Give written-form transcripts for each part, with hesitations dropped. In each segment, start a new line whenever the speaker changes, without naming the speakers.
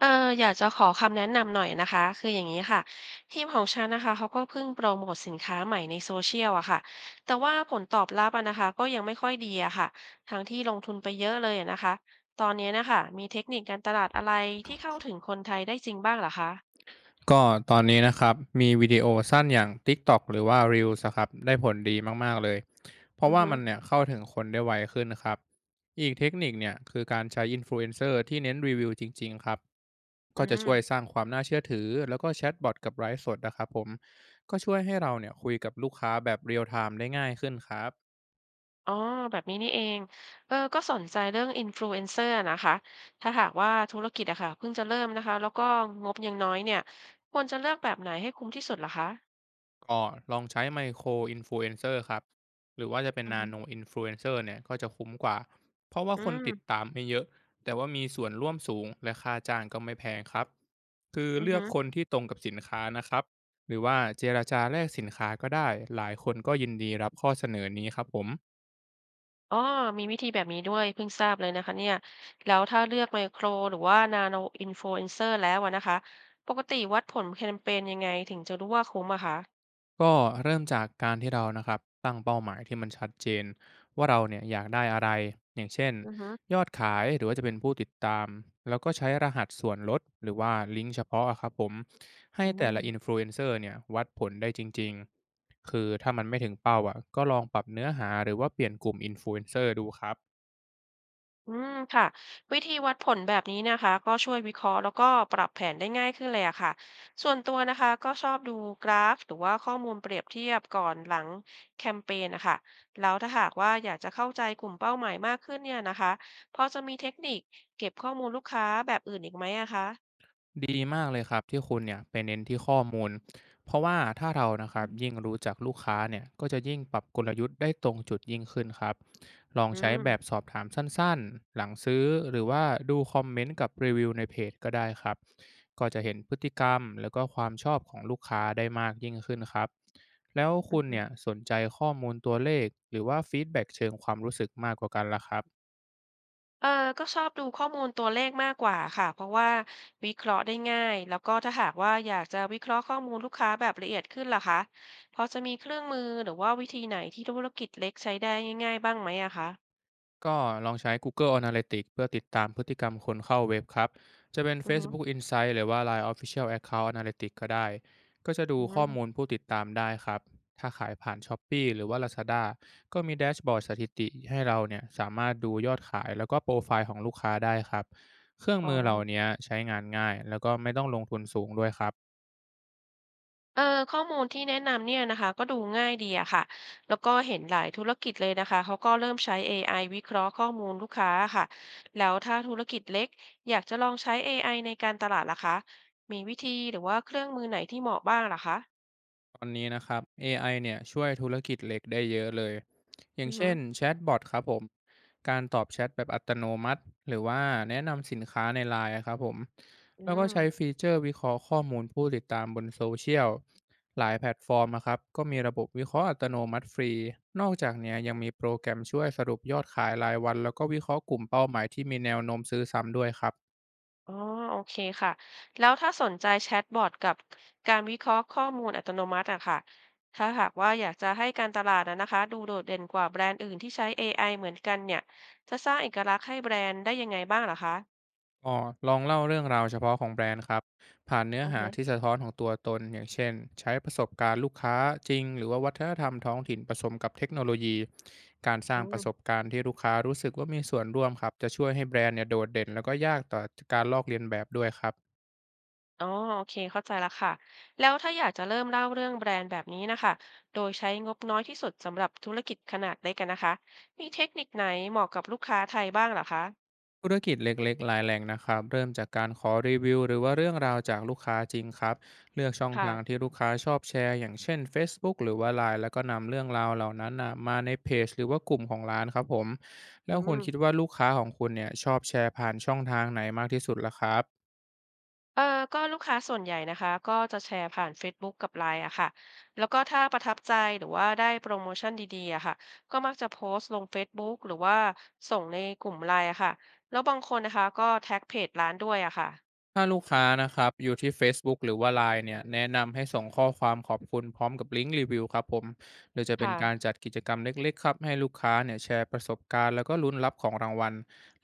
เอออยากจะขอคำแนะนำหน่อยนะคะคืออย่างนี้ค่ะทีมของฉันนะคะเขาก็เพิ่งโปรโมทสินค้าใหม่ในโซเชียลอะค่ะแต่ว่าผลตอบรับอะนะคะก็ยังไม่ค่อยดีอะค่ะทั้งที่ลงทุนไปเยอะเลยอะนะคะตอนนี้นะคะมีเทคนิคการตลาดอะไรที่เข้าถึงคนไทยได้จริงบ้างเหรอคะ
ก็ตอนนี้นะครับมีวิดีโอสั้นอย่าง TikTok หรือว่า Reels อะครับได้ผลดีมากๆเลยเพราะ
อือ
ว่า
ฮึ
มันเนี่ยเข้าถึงคนได้ไวขึ้นครับอีกเทคนิคเนี่ยคือการใช้อินฟลูเอนเซอร์ที่เน้นรีวิวจริงๆครับ
อื
ก็จะ
ม
ช่วยสร้างความน่าเชื่อถือแล้วก็แชทบอทกับไลฟ์สดนะครับผมก็ช่วยให้เราเนี่ยคุยกับลูกค้าแบบเรียลไทม์ได้ง่ายขึ้นครับ
อ๋อแบบนี้นี่เองก็สนใจเรื่องอินฟลูเอนเซอร์นะคะถ้าหากว่าธุรกิจอะค่ะเพิ่งจะเริ่มนะคะแล้วก็งบยังน้อยเนี่ยควรจะเลือกแบบไหนให้คุ้มที่สุดเหรอคะ
ก็ลองใช้ Micro Influencer อินฟลูเอนเซอร์ครับหรือว่าจะเป็น
อือฮึ
Nano Influencer เอนเซอร์เนี่ยก็จะคุ้มกว่าเพราะว่า
อื
คนติด
ม
ตามไม่เยอะแต่ว่ามีส่วนร่วมสูงและค่าจ้างก็ไม่แพงครับคือ
อือ
เลือก
ฮึ
คนที่ตรงกับสินค้านะครับหรือว่าเจราจาแลกสินค้าก็ได้หลายคนก็ยินดีรับข้อเสนอนี้ครับผม
อ๋อมีวิธีแบบนี้ด้วยเพิ่งทราบเลยนะคะเนี่ยแล้วถ้าเลือกไมโครหรือว่านาโน i n f อนเ n อ e r แล้วอะนะคะปกติวัดผลแคมเปญยังไงถึงจะรู้ว่าคุ้มอะคะ
ก็เริ่มจากการที่เรานะครับตั้งเป้าหมายที่มันชัดเจนว่าเราเนี่ยอยากได้อะไรอย่างเช่น
อือฮึ
ยอดขายหรือว่าจะเป็นผู้ติดตามแล้วก็ใช้รหัสส่วนลดหรือว่าลิงก์เฉพาะอะครับผมให้
อื
แต่ละอินฟ
ม
ลูเอนเซอร์เนี่ยวัดผลได้จริงๆคือถ้ามันไม่ถึงเป้าอ่ะก็ลองปรับเนื้อหาหรือว่าเปลี่ยนกลุ่มอินฟลูเอนเซอร์ดูครับ
อืมค่ะวิธีวัดผลแบบนี้นะคะก็ช่วยวิเคราะห์แล้วก็ปรับแผนได้ง่ายขึ้นเลยอะค่ะส่วนตัวนะคะก็ชอบดูกราฟหรือว่าข้อมูลเปรียบเทียบก่อนหลังแคมเปญนะคะแล้วถ้าหากว่าอยากจะเข้าใจกลุ่มเป้าหมายมากขึ้นเนี่ยนะคะพอจะมีเทคนิคเก็บข้อมูลลูกค้าแบบอื่นอีกไหมอะคะ
ดีมากเลยครับที่คุณเนี่ยไปเน้นที่ข้อมูลเพราะว่าถ้าเรานะครับ
อื
ยิ่ง
ม
รู้จักลูกค้าเนี่ยก็จะยิ่งปรับกลยุทธ์ได้ตรงจุดยิ่งขึ้นครับลองใช้แบบสอบถามสั้นๆหลังซื้อหรือว่าดูคอมเมนต์กับรีวิวในเพจก็ได้ครับก็จะเห็นพฤติกรรมแล้วก็ความชอบของลูกค้าได้มากยิ่งขึ้นครับแล้ว
อื
คุณเนี่ย
ม
สนใจข้อมูลตัวเลขหรือว่าฟีดแบ็กเชิงความรู้สึกมากกว่ากันล่ะครับ
เออก็ชอบดูข้อมูลตัวเลขมากกว่าค่ะเพราะว่าวิเคราะห์ได้ง่ายแล้วก็ถ้าหากว่าอยากจะวิเคราะห์ข้อมูลลูกค้าแบบละเอียดขึ้นล่ะคะพอจะมีเครื่องมือหรือว่าวิธีไหนที่ธุรกิจเล็กใช้ได้ง่ายๆบ้างไหมอะคะ
ก็ลองใช้ Google Analytics เพื่อติดตามพฤติกรรมคนเข้าเว็บครับ จะเป็น
อือฮึ
Facebook Insight หรือว่า Line Official Account Analytics ก็ได้ ก็จะดู
อื
ข้อ
ม
มูลผู้ติดตามได้ครับ ถ้าขายผ่าน Shopee หรือว่า Lazada ก็มีแดชบอร์ดสถิติให้เราเนี่ยสามารถดูยอดขายแล้วก็โปรไฟล์ของลูกค้าได้ครับ เครื่อง
อ๋อ
มือเหล่านี้ใช้งานง่ายแล้วก็ไม่ต้องลงทุนสูงด้วยครับ
เออข้อมูลที่แนะนำเนี่ยนะคะก็ดูง่ายดีอะค่ะแล้วก็เห็นหลายธุรกิจเลยนะคะเขาก็เริ่มใช้ AI วิเคราะห์ข้อมูลลูกค้าค่ะแล้วถ้าธุรกิจเล็กอยากจะลองใช้ AI ในการตลาดล่ะคะมีวิธีหรือว่าเครื่องมือไหนที่เหมาะบ้างล่ะคะ
ตอนนี้นะครับ AI เนี่ยช่วยธุรกิจเล็กได้เยอะเลยอย่า
อื
ง
อฮึ
เช่นแชทบอทครับผมการตอบแชทแบบอัตโนมัติหรือว่าแนะนำสินค้าในไลน์อะครับผม
อื
แล้วก็
ม
ใช้ฟีเจอร์วิเคราะห์ข้อมูลผู้ติดตามบนโซเชียลหลายแพลตฟอร์มนะครับก็มีระบบวิเคราะห์อัตโนมัติฟรี นอกจากเนี้ยยังมีโปรแกรมช่วยสรุปยอดขายรายวันแล้วก็วิเคราะห์กลุ่มเป้าหมายที่มีแนวโน้มซื้อซ้ำด้วยครับ
อ๋อโอเคค่ะแล้วถ้าสนใจแชทบอทกับการวิเคราะห์ข้อมูลอัตโนมัติอะค่ะถ้าหากว่าอยากจะให้การตลาดอะนะคะดูโดดเด่นกว่าแบรนด์อื่นที่ใช้ AI เหมือนกันเนี่ยจะสร้างเอกลักษณ์ให้แบรนด์ได้ยังไงบ้างเหรอคะ
ก็ลองเล่าเรื่องราวเฉพาะของแบรนด์ครับผ่านเนื้อ
อือ
หา
ฮะ
ที่สะท้อนของตัวตนอย่างเช่นใช้ประสบการณ์ลูกค้าจริงหรือว่าวัฒนธรรมท้องถิ่นผสมกับเทคโนโลยีการสร้า
อื
งประสบ
ม
การณ์ที่ลูกค้ารู้สึกว่ามีส่วนร่วมครับจะช่วยให้แบรนด์เนี่ยโดดเด่นแล้วก็ยากต่อการลอกเลียนแบบด้วยครับ
อ๋อโอเคเข้าใจแล้วค่ะแล้วถ้าอยากจะเริ่มเล่าเรื่องแบรนด์แบบนี้นะคะโดยใช้งบน้อยที่สุดสำหรับธุรกิจขนาดเล็กกันนะคะมีเทคนิคไหนเหมาะกับลูกค้าไทยบ้างเหรอคะ
ธุรกิจเล็กๆรายแรงนะครับเริ่มจากการขอรีวิวหรือว่าเรื่องราวจากลูกค้าจริงครับเลือกช่อง
ค่ะ
ทางที่ลูกค้าชอบแชร์อย่างเช่น f ฟซบุ o กหรือว่าไลน์แล้วก็นำเรื่องราวเหล่านั้นนะมาในเพจหรือว่ากลุ่มของร้านครับผมแล้
อื
วคุณคิด
ม
ว่าลูกค้าของคุณเนี่ยชอบแชร์ผ่านช่องทางไหนมากที่สุดล่ะครับ
เออก็ลูกค้าส่วนใหญ่นะคะก็จะแชร์ผ่าน Facebook กกับ LINE อะค่ะแล้วก็ถ้าประทับใจหรือว่าได้โปรโมชั่นดีๆอะค่ะก็มักจะโพสต์ลง Facebook หรือว่าส่งในกลุ่ม LINE อะค่ะแล้วบางคนนะคะก็แท็กเพจร้านด้วยอะค่ะ
ถ้าลูกค้านะครับอยู่ที่ Facebook หรือว่า LINE เนี่ยแนะนำให้ส่งข้อความขอบคุณพร้อมกับลิงก์รีวิวครับผมโดยจะเป็น
ค่ะ
การจัดกิจกรรมเล็กๆครับให้ลูกค้าเนี่ยแชร์ประสบการณ์แล้วก็ลุ้นรับของรางวัล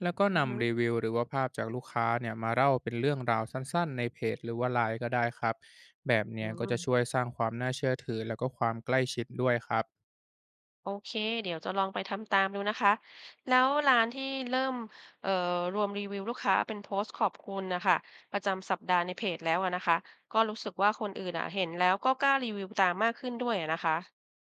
แล้วก็
อือฮึ
นำรีวิวหรือว่าภาพจากลูกค้าเนี่ยมาเล่าเป็นเรื่องราวสั้นๆในเพจหรือว่า LINE ก็ได้ครับแบบ
อื
เนี้ยก็
ม
จะช่วยสร้างความน่าเชื่อถือแล้วก็ความใกล้ชิดด้วยครับ
โอเคเดี๋ยวจะลองไปทำตามดูนะคะแล้วร้านที่เริ่มเอ่อรวมรีวิวลูกค้าเป็นโพสต์ขอบคุณนะคะประจำสัปดาห์ในเพจแล้วอะนะคะก็รู้สึกว่าคนอื่นอะเห็นแล้วก็กล้ารีวิวตามมากขึ้นด้วยอะนะคะ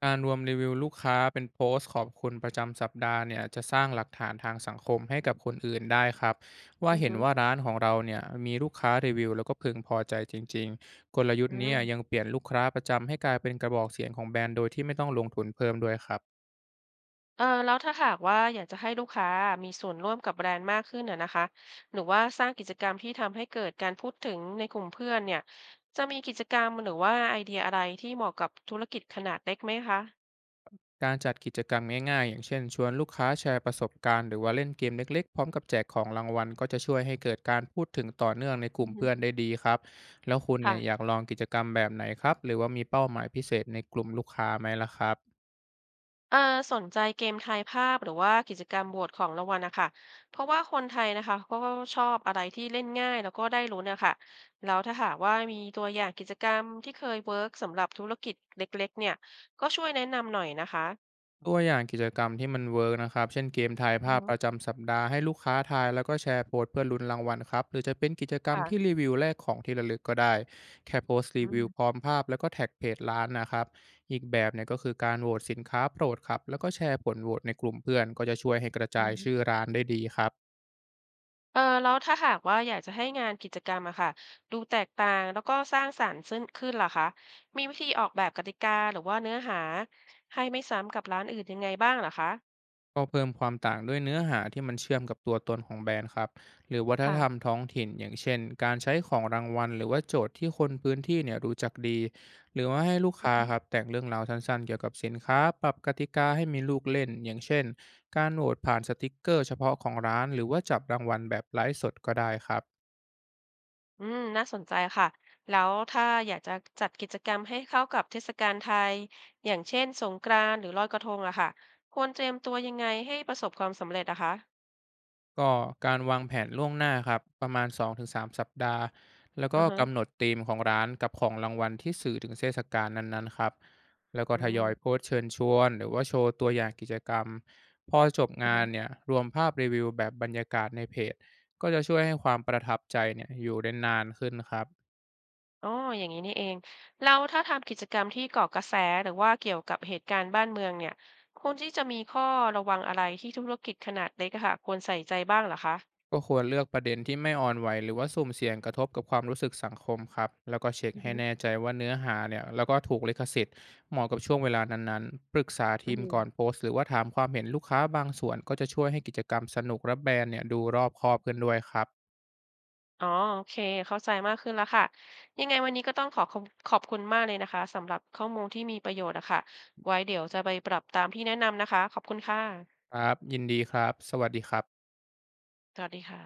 การรวมรีวิวลูกค้าเป็นโพสต์ขอบคุณประจำสัปดาห์เนี่ยจะสร้างหลักฐานทางสังคมให้กับคนอื่นได้ครับว่า
อือ
เห็น
ฮึ
ว่าร้านของเราเนี่ยมีลูกค้ารีวิวแล้วก็พึงพอใจจริงๆกลยุท
อื
ธ์เนี้
ม
ยังเปลี่ยนลูกค้าประจำให้กลายเป็นกระบอกเสียงของแบรนด์โดยที่ไม่ต้องลงทุนเพิ่มด้วยครับ
แล้วถ้าหากว่าอยากจะให้ลูกค้ามีส่วนร่วมกับแบรนด์มากขึ้นนอะนะคะหรือว่าสร้างกิจกรรมที่ทำให้เกิดการพูดถึงในกลุ่มเพื่อนเนี่ยจะมีกิจกรรมหรือว่าไอเดียอะไรที่เหมาะกับธุรกิจขนาดเล็กไหมคะ
การจัดกิจกรรมง่ายๆอย่างเช่นชวนลูกค้าแชร์ประสบการณ์หรือว่าเล่นเกมเล็กๆพร้อมกับแจกของรางวัลก็จะช่วยให้เกิดการพูดถึงต่อเนื่องในก
อื
ลุ่
อ
ม
ฮึ
เพื่อนได้ดีครับแล้วคุณเนี่ยอยาก
ค่ะ
ลองกิจกรรมแบบไหนครับหรือว่ามีเป้าหมายพิเศษในกลุ่มลูกค้าไหมล่ะครับ
เออสนใจเกมทายภาพหรือว่ากิจกรรมโหวตของรางวัลนะคะเพราะว่าคนไทยนะคะก็ชอบอะไรที่เล่นง่ายแล้วก็ได้ลุ้นอะค่ะแล้วถ้าหากว่ามีตัวอย่างกิจกรรมที่เคยเวิร์กสำหรับธุรกิจเล็กๆเนี่ยก็ช่วยแนะนำหน่อยนะคะ
ตัวอย่างกิจกรรมที่มันเวิร์กนะครับเช่นเกมทาย
อือ
ภาพ
ฮึ
ประจำสัปดาห์ให้ลูกค้าทายแล้วก็แชร์โพสต์เพื่อลุ้นรางวัลครับหรือจะเป็นกิจกรรมที่
ค่ะ
รีวิวแลกของที่ระลึกก็ได้ แค่โพสต์
อื
รีวิวพร้อ
ม
มภาพแล้วก็แท็กเพจร้านนะครับอีกแบบเนี่ยก็คือการโหวตสินค้าโปรดครับแล้วก็แชร์ผลโหวตในกลุ่มเพื่อนก็จะช่วยให้กระ
อื
จายชื่อ
ม
ร้านได้ดีครับ
แล้วถ้าหากว่าอยากจะให้งานกิจกรรมอะค่ะดูแตกต่างแล้วก็สร้างสรรค์ซึ่งขึ้นล่ะคะมีวิธีออกแบบกติกาหรือว่าเนื้อหาให้ไม่ซ้ำกับร้านอื่นยังไงบ้างเหรอคะ
ก็เพิ่มความต่างด้วยเนื้อหาที่มันเชื่อมกับตัวตนของแบรนด์ครับหรือวัฒนธรรม
ค่ะ
ท้องถิ่นอย่างเช่นการใช้ของรางวัลหรือว่าโจทย์ที่คนพื้นที่เนี่ยรู้จักดีหรือว่าให้ลูกค้าครับแต่งเรื่องราวสั้นๆเกี่ยวกับสินค้าปรับกติกาให้มีลูกเล่นอย่างเช่นการโหวตผ่านสติกเกอร์เฉพาะของร้านหรือว่าจับรางวัลแบบไลฟ์สดก็ได้ครับ
อืมน่าสนใจค่ะแล้วถ้าอยากจะจัดกิจกรรมให้เข้ากับเทศกาลไทยอย่างเช่นสงกรานต์หรือลอยกระทงอะค่ะควรเตรียมตัวยังไงให้ประสบความสำเร็จอะคะ
ก็การวางแผนล่วงหน้าครับประมาณ2-3สามสัปดาห์แล้วก็
อือฮะ
กำหนดธีมของร้านกับของรางวัลที่สื่อถึงเทศกาลนั้นๆครับแล้วก็
อื
ทยอย
ม
โพสต์เชิญชวนหรือว่าโชว์ตัวอย่างกิจกรรมพอจบ
อือ
งาน
ฮะ
เนี่ยรวมภาพรีวิวแบบบรรยากาศในเพจก็จะช่วยให้ความประทับใจเนี่ยอยู่ได้นานขึ้นครับ
อ๋ออย่างนี้นี่เองเราถ้าทำกิจกรรมที่ก่อกระแสหรือว่าเกี่ยวกับเหตุการณ์บ้านเมืองเนี่ยควรที่จะมีข้อระวังอะไรที่ธุรกิจขนาดเล็กอะค่ะควรใส่ใจบ้างเหรอคะ
ก็ควรเลือกประเด็นที่ไม่อ่อนไหวหรือว่าสุ่มเสี่ยงกระทบกับความรู้สึกสังคมครับแล้วก็เช็ค
อือ
ให้
ฮึ
แน่ใจว่าเนื้อหาเนี่ยแล้วก็ถูกลิขสิทธิ์เหมาะกับช่วงเวลานั้นๆปรึกษา
อื
ทีมก่
ม
อนโพสต์หรือว่าถามความเห็นลูกค้าบางส่วนก็จะช่วยให้กิจกรรมสนุกและแบรนด์เนี่ยดูรอบคอบขึ้นด้วยครับ
อ๋อโอเคเข้าใจมากขึ้นแล้วค่ะยังไงวันนี้ก็ต้องขอขอบคุณมากเลยนะคะสำหรับข้อมูลที่มีประโยชน์อะค่ะไว้เดี๋ยวจะไปปรับตามที่แนะนำนะคะขอบคุณค่ะ
ครับยินดีครับสวัสดีครับ
สวัสดีค่ะ